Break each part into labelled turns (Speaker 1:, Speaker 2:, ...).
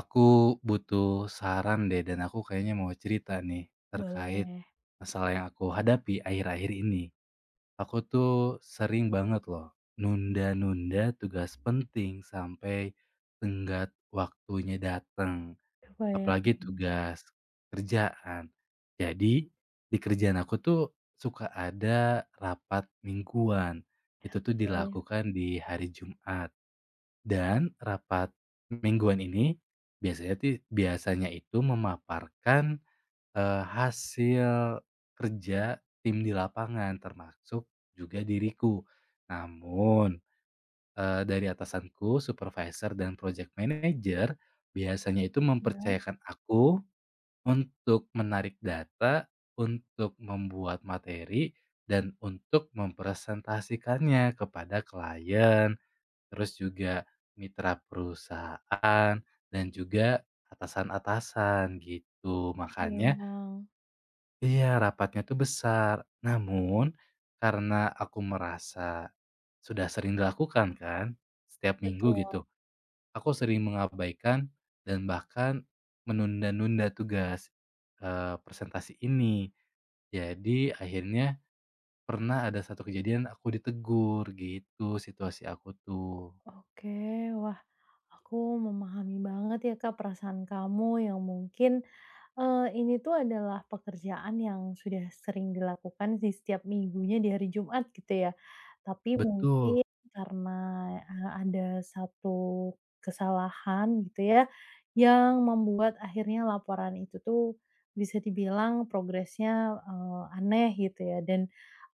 Speaker 1: Aku butuh saran deh dan aku kayaknya mau cerita nih terkait
Speaker 2: Boleh,
Speaker 1: masalah yang aku hadapi akhir-akhir ini. Aku tuh sering banget loh nunda-nunda tugas penting sampai tenggat waktunya datang,
Speaker 2: kebayang
Speaker 1: apalagi tugas kerjaan. Jadi di kerjaan aku tuh suka ada rapat mingguan. Itu tuh
Speaker 2: Sih.
Speaker 1: dilakukan di hari Jumat. Dan rapat mingguan ini biasanya itu memaparkan, hasil kerja tim di lapangan termasuk juga diriku. Namun, dari atasanku, supervisor, dan project manager biasanya itu
Speaker 2: Iya,
Speaker 1: mempercayakan aku untuk menarik data, untuk membuat materi, dan untuk mempresentasikannya kepada klien. Terus juga mitra perusahaan dan juga atasan-atasan gitu. Makanya,
Speaker 2: kebayang.
Speaker 1: iya, rapatnya tuh besar. Namun karena aku merasa sudah sering dilakukan kan setiap minggu
Speaker 2: Betul,
Speaker 1: gitu, aku sering mengabaikan dan bahkan menunda-nunda tugas, presentasi ini. Jadi akhirnya pernah ada satu kejadian aku ditegur gitu situasi aku tuh.
Speaker 2: oke. Wah, aku memahami banget ya, Kak, perasaan kamu yang mungkin. Ini tuh adalah pekerjaan yang sudah sering dilakukan sih setiap minggunya di hari Jumat gitu ya. Tapi
Speaker 1: Mmm. Betul.
Speaker 2: mungkin karena, ada satu kesalahan gitu ya, yang membuat akhirnya laporan itu tuh bisa dibilang progresnya, aneh gitu ya dan,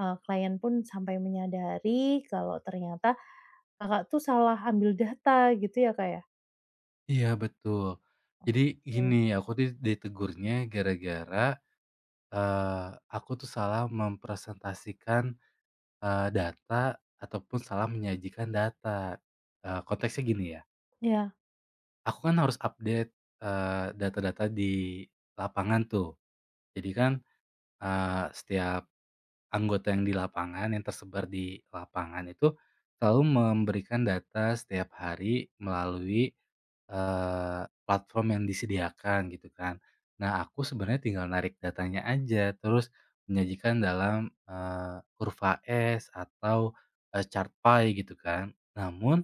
Speaker 2: klien pun sampai menyadari kalau ternyata Kakak tuh salah ambil data gitu ya, Kak, ya?
Speaker 1: Iya, betul. Jadi
Speaker 2: Oke.
Speaker 1: gini, aku tuh ditegurnya gara-gara, eee, aku tuh salah mempresentasikan, data ataupun salah menyajikan data. Konteksnya gini ya,
Speaker 2: Ya.
Speaker 1: aku kan harus update, data-data di lapangan tuh. Jadi kan, setiap anggota yang di lapangan, yang tersebar di lapangan itu selalu memberikan data setiap hari melalui, eee, platform yang disediakan gitu kan. Nah, aku sebenarnya tinggal narik datanya aja, terus menyajikan dalam, kurva s atau, chart pie gitu kan. Namun,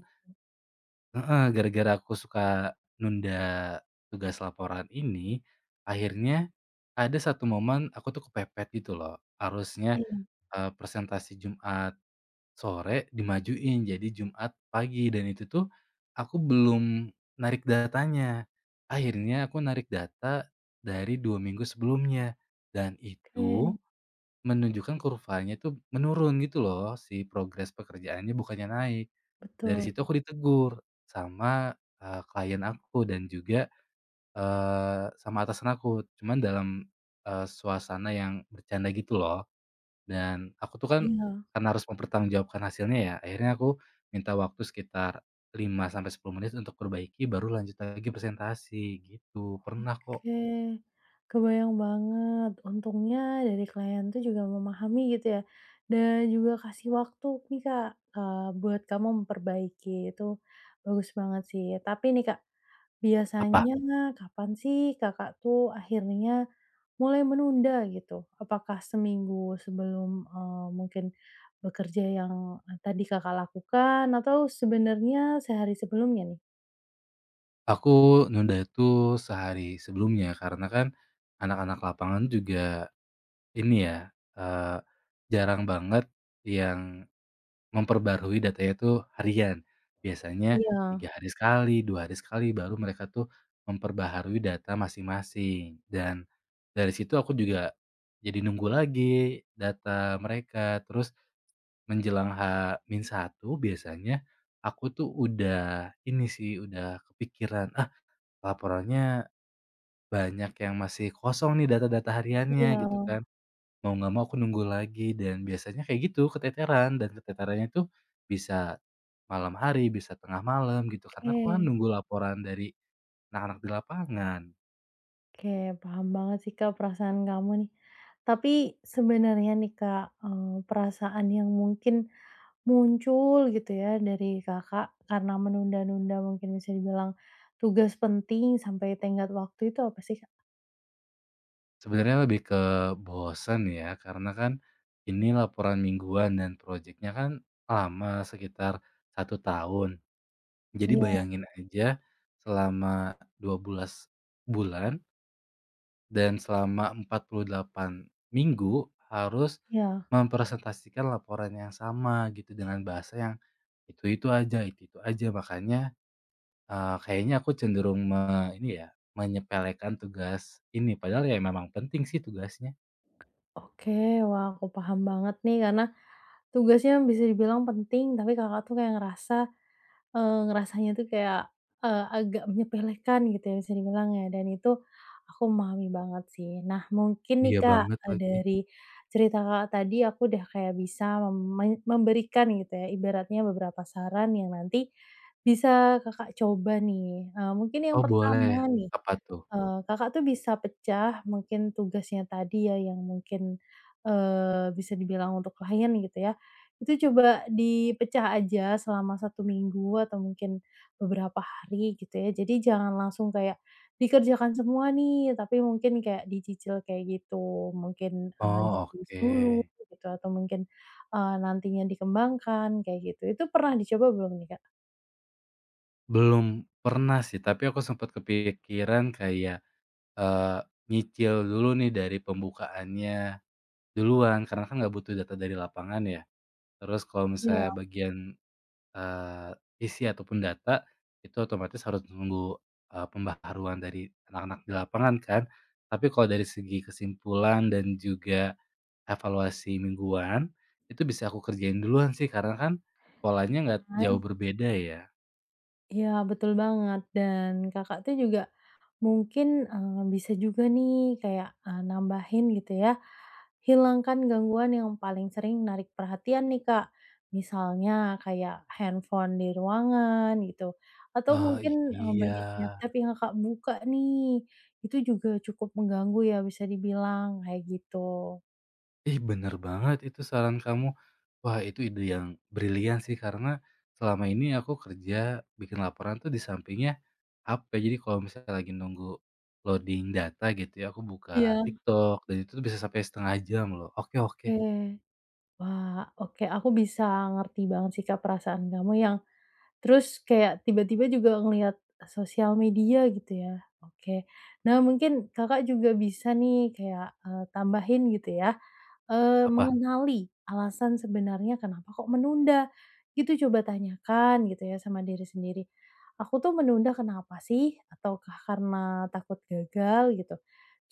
Speaker 1: heeh, gara-gara aku suka nunda tugas laporan ini, akhirnya ada satu momen aku tuh kepepet gitu loh. Harusnya
Speaker 2: Iya,
Speaker 1: Presentasi Jumat sore dimajuin jadi Jumat pagi dan itu tuh aku belum narik datanya. Akhirnya aku narik data dari 2 minggu sebelumnya dan
Speaker 2: oke,
Speaker 1: itu menunjukkan kurvanya itu menurun gitu loh si progres pekerjaannya bukannya naik. Dari
Speaker 2: betul,
Speaker 1: situ aku ditegur sama, klien aku dan juga, sama atasan aku. Cuman dalam, suasana yang bercanda gitu loh. Dan aku tuh kan,
Speaker 2: iya.
Speaker 1: karena harus mempertanggungjawabkan hasilnya ya, akhirnya aku minta waktu sekitar 5 sampai 10 menit untuk perbaiki baru lanjut lagi presentasi, gitu. Pernah kok.
Speaker 2: Oke, kebayang banget. Untungnya dari klien tuh juga memahami gitu ya, dan juga kasih waktu nih Kak, buat kamu memperbaiki, itu bagus banget sih. Tapi nih Kak,
Speaker 1: Apa?
Speaker 2: biasanya kapan sih Kakak tuh akhirnya mulai menunda gitu? Apakah seminggu sebelum, mungkin bekerja yang, eh, tadi Kakak lakukan atau sebenarnya sehari sebelumnya nih?
Speaker 1: Aku nunda itu sehari sebelumnya karena kan anak-anak lapangan juga ini ya, jarang banget yang memperbarui datanya itu harian. Biasanya
Speaker 2: Iya.
Speaker 1: 3 hari sekali, 2 hari sekali, baru mereka tuh memperbaharui data masing-masing. Dan dari situ aku juga jadi nunggu lagi data mereka. Terus menjelang h min satu biasanya aku tuh udah ini sih, udah kepikiran, "Ah, laporannya banyak yang masih kosong nih data-data hariannya,"
Speaker 2: Iya.
Speaker 1: gitu kan. Mau nggak mau aku nunggu lagi dan biasanya kayak gitu keteteran dan keteterannya tuh bisa malam hari, bisa tengah malam gitu karena aku kan
Speaker 2: Oke.
Speaker 1: nunggu laporan dari anak-anak di lapangan.
Speaker 2: Oke, paham banget sih, Kak, perasaan kamu nih. Tapi sebenarnya nih, Kak, perasaan yang mungkin muncul gitu ya dari Kakak karena menunda-nunda mungkin bisa dibilang tugas penting sampai tenggat waktu itu apa sih, Kak?
Speaker 1: Sebenarnya lebih ke bosen ya karena kan ini laporan mingguan dan proyeknya kan lama sekitar 1 tahun. Jadi
Speaker 2: Iya.
Speaker 1: bayangin aja selama 12 bulan dan selama 48 minggu harus
Speaker 2: Iya,
Speaker 1: mempresentasikan laporan yang sama gitu dengan bahasa yang itu-itu aja. Makanya, kayaknya aku cenderung ini ya, menyepelekan tugas ini, padahal ya memang penting sih tugasnya.
Speaker 2: oke. Wah, aku paham banget nih karena tugasnya bisa dibilang penting, tapi Kakak tuh kayak ngerasa. Ngerasanya tuh kayak, agak menyepelekan gitu ya bisa dibilang ya dan itu aku memahami banget sih. Nah mungkin nih
Speaker 1: Iya
Speaker 2: Kak,
Speaker 1: banget lagi.
Speaker 2: dari cerita Kakak tadi aku udah kayak bisa memberikan gitu ya ibaratnya beberapa saran yang nanti bisa Kakak coba nih. Mungkin yang
Speaker 1: Oh, boleh?
Speaker 2: pertama nih.
Speaker 1: Apa tuh?
Speaker 2: Kakak tuh bisa pecah mungkin tugasnya tadi ya yang mungkin, bisa dibilang untuk klien gitu ya, itu coba dipecah aja selama satu minggu atau mungkin beberapa hari gitu ya. Jadi jangan langsung kayak dikerjakan semua nih, tapi mungkin kayak dicicil kayak gitu. Mungkin,
Speaker 1: Oh,
Speaker 2: ditulis
Speaker 1: oke.
Speaker 2: dulu gitu atau mungkin, nantinya dikembangkan kayak gitu. Itu pernah dicoba belum nih, Kak?
Speaker 1: Belum pernah sih, tapi aku sempat kepikiran kayak, eee, nyicil dulu nih dari pembukaannya. Duluan, karena kan nggak butuh data dari lapangan ya. Terus kalau
Speaker 2: Iya.
Speaker 1: misalnya bagian, eee, isi ataupun data, itu otomatis harus nunggu, pembaharuan dari anak-anak di lapangan kan. Tapi kalau dari segi kesimpulan dan juga evaluasi mingguan, itu bisa aku kerjain duluan sih, karena kan polanya nggak jauh berbeda ya.
Speaker 2: Iya, betul banget dan Kakak tuh juga mungkin, bisa juga nih kayak, nambahin gitu ya, hilangkan gangguan yang paling sering narik perhatian nih, Kak. Misalnya kayak handphone di ruangan gitu atau
Speaker 1: Oh,
Speaker 2: mungkin,
Speaker 1: iya.
Speaker 2: banyak tiap-tiap yang Kakak buka nih, itu juga cukup mengganggu ya bisa dibilang kayak gitu.
Speaker 1: Ih, bener banget itu saran kamu. Wah, itu ide yang brilian sih karena selama ini aku kerja bikin laporan tuh di sampingnya HP. Jadi kalau misalnya lagi nunggu loading data gitu ya, aku buka
Speaker 2: Iya.
Speaker 1: TikTok dan itu tuh bisa sampai setengah jam loh. Oke, oke.
Speaker 2: Oke, wah, oke aku bisa ngerti banget sih, Kak, perasaan kamu yang. Terus kayak tiba-tiba juga ngelihat sosial media gitu ya, oke. Nah mungkin Kakak juga bisa nih kayak, tambahin gitu ya,
Speaker 1: Apa?
Speaker 2: mengenali alasan sebenarnya kenapa kok menunda, gitu coba tanyakan gitu ya sama diri sendiri, "Aku tuh menunda kenapa sih? Ataukah karena takut gagal?" Gitu.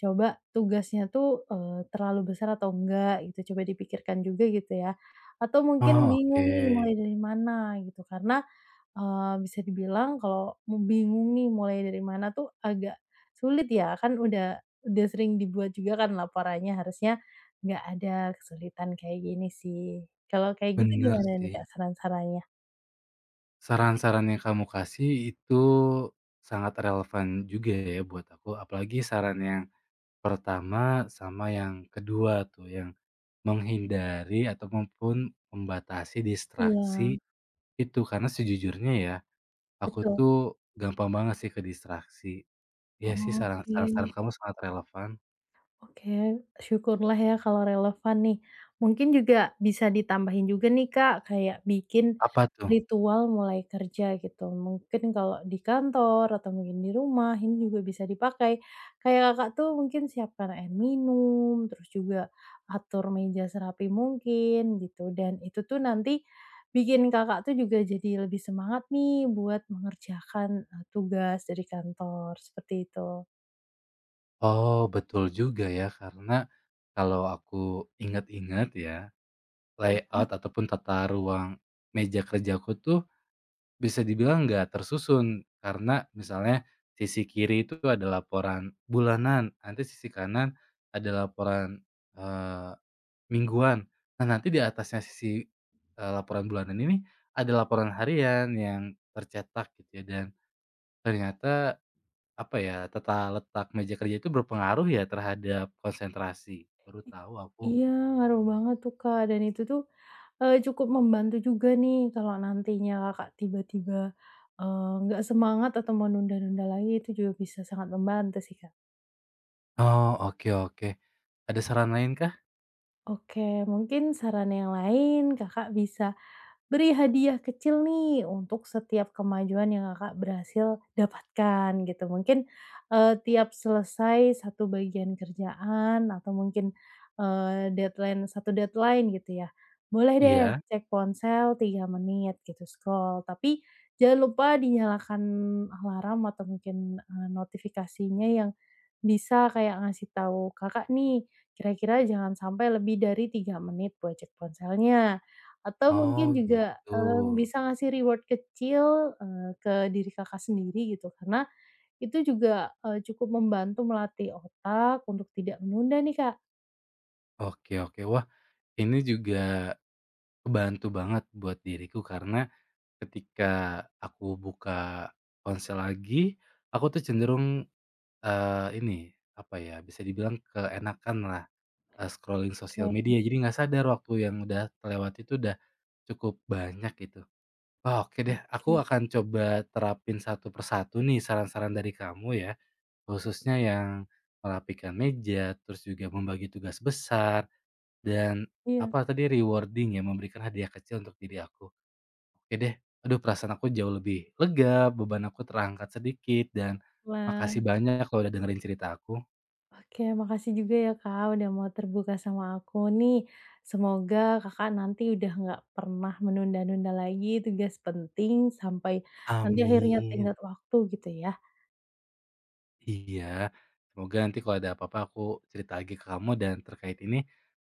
Speaker 2: Coba tugasnya tuh, terlalu besar atau enggak gitu, coba dipikirkan juga gitu ya. Atau mungkin
Speaker 1: Oh,
Speaker 2: bingung nih
Speaker 1: oke.
Speaker 2: mulai dari mana gitu, karena. Bisa dibilang kalau mau bingung nih mulai dari mana tuh agak sulit ya, kan udah sering dibuat juga kan laporannya, harusnya nggak ada kesulitan kayak gini sih. Kalau kayak gitu
Speaker 1: Bener
Speaker 2: gimana nih
Speaker 1: sih.
Speaker 2: Kak saran-sarannya?
Speaker 1: Saran-saran yang kamu kasih itu sangat relevan juga ya buat aku. Apalagi saran yang pertama sama yang kedua tuh, yang menghindari ataupun membatasi
Speaker 2: Iya,
Speaker 1: distraksi itu. Karena sejujurnya ya, aku
Speaker 2: betul.
Speaker 1: tuh gampang banget sih ke distraksi. Iya sih, saran
Speaker 2: Oke.
Speaker 1: saran-saran kamu sangat relevan.
Speaker 2: Oke, syukurlah ya kalau relevan nih. Mungkin juga bisa ditambahin juga nih Kak, kayak bikin
Speaker 1: Apa tuh?
Speaker 2: ritual mulai kerja gitu. Mungkin kalau di kantor atau mungkin di rumah ini juga bisa dipakai. Kayak Kakak tuh mungkin siapkan air minum, terus juga atur meja serapi mungkin gitu. Dan itu tuh nanti bikin Kakak tuh juga jadi lebih semangat nih buat mengerjakan, tugas dari kantor, seperti itu.
Speaker 1: Oh, betul juga ya, karena kalau aku ingat-ingat ya, layout ataupun tata ruang meja kerjaku tuh bisa dibilang nggak tersusun, karena misalnya sisi kiri itu ada laporan bulanan, nanti sisi kanan ada laporan, eee, mingguan. Nah, nanti di atasnya sisi, laporan bulanan ini ada laporan harian yang tercetak gitu ya, dan ternyata apa ya, tata letak meja kerja itu berpengaruh ya terhadap konsentrasi. Baru tahu aku.
Speaker 2: Iya, ngaruh banget tuh, Kak, dan itu tuh, cukup membantu juga nih kalau nantinya Kakak tiba-tiba, nggak semangat atau menunda-nunda lagi, itu juga bisa sangat membantu sih, Kak.
Speaker 1: Oh, oke, oke. Ada saran lain kah?
Speaker 2: Oke, mungkin saran yang lain Kakak bisa, beri hadiah kecil nih untuk setiap kemajuan yang Kakak berhasil dapatkan gitu. Mungkin, tiap selesai satu bagian kerjaan atau mungkin, deadline satu deadline gitu ya, boleh deh
Speaker 1: Iya?
Speaker 2: Cek ponsel 3 menit gitu, scroll. Tapi jangan lupa dinyalakan alarm atau mungkin, notifikasinya yang bisa kayak ngasih tahu Kakak nih, kira-kira jangan sampai lebih dari 3 menit buat cek ponselnya. Atau mungkin
Speaker 1: Oh,
Speaker 2: juga,
Speaker 1: gitu.
Speaker 2: bisa ngasih reward kecil, ke diri Kakak sendiri gitu, karena itu juga, cukup membantu melatih otak untuk tidak menunda nih, Kak.
Speaker 1: Oke, oke. Wah, ini juga kebantu banget buat diriku karena ketika aku buka ponsel lagi, aku tuh cenderung, ini, apa ya, bisa dibilang keenakanlah, scrolling sosial
Speaker 2: Oke
Speaker 1: media. Jadi nggak sadar waktu yang udah terlewati itu udah cukup banyak gitu. Wah, oke deh, aku
Speaker 2: oke.
Speaker 1: akan coba terapin satu persatu nih saran-saran dari kamu ya, khususnya yang merapikan meja, terus juga membagi tugas besar, dan,
Speaker 2: Iya.
Speaker 1: apa tadi, rewarding ya, memberikan hadiah kecil untuk diri aku. Oke deh, aduh perasaan aku jauh lebih lega, beban aku terangkat sedikit, dan makasih
Speaker 2: Wah,
Speaker 1: banyak kalau udah dengerin cerita aku.
Speaker 2: oke makasih juga ya, Kak, udah mau terbuka sama aku nih. Semoga Kakak nanti udah nggak pernah menunda-nunda lagi tugas penting sampai nanti akhirnya
Speaker 1: Amin,
Speaker 2: tenggat waktu gitu ya.
Speaker 1: iya. Semoga nanti kalau ada apa-apa aku cerita lagi ke kamu dan terkait ini,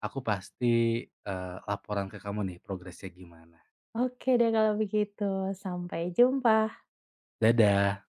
Speaker 1: aku pasti, laporan ke kamu nih progresnya gimana.
Speaker 2: Oke deh kalau begitu, sampai jumpa.
Speaker 1: Dadah.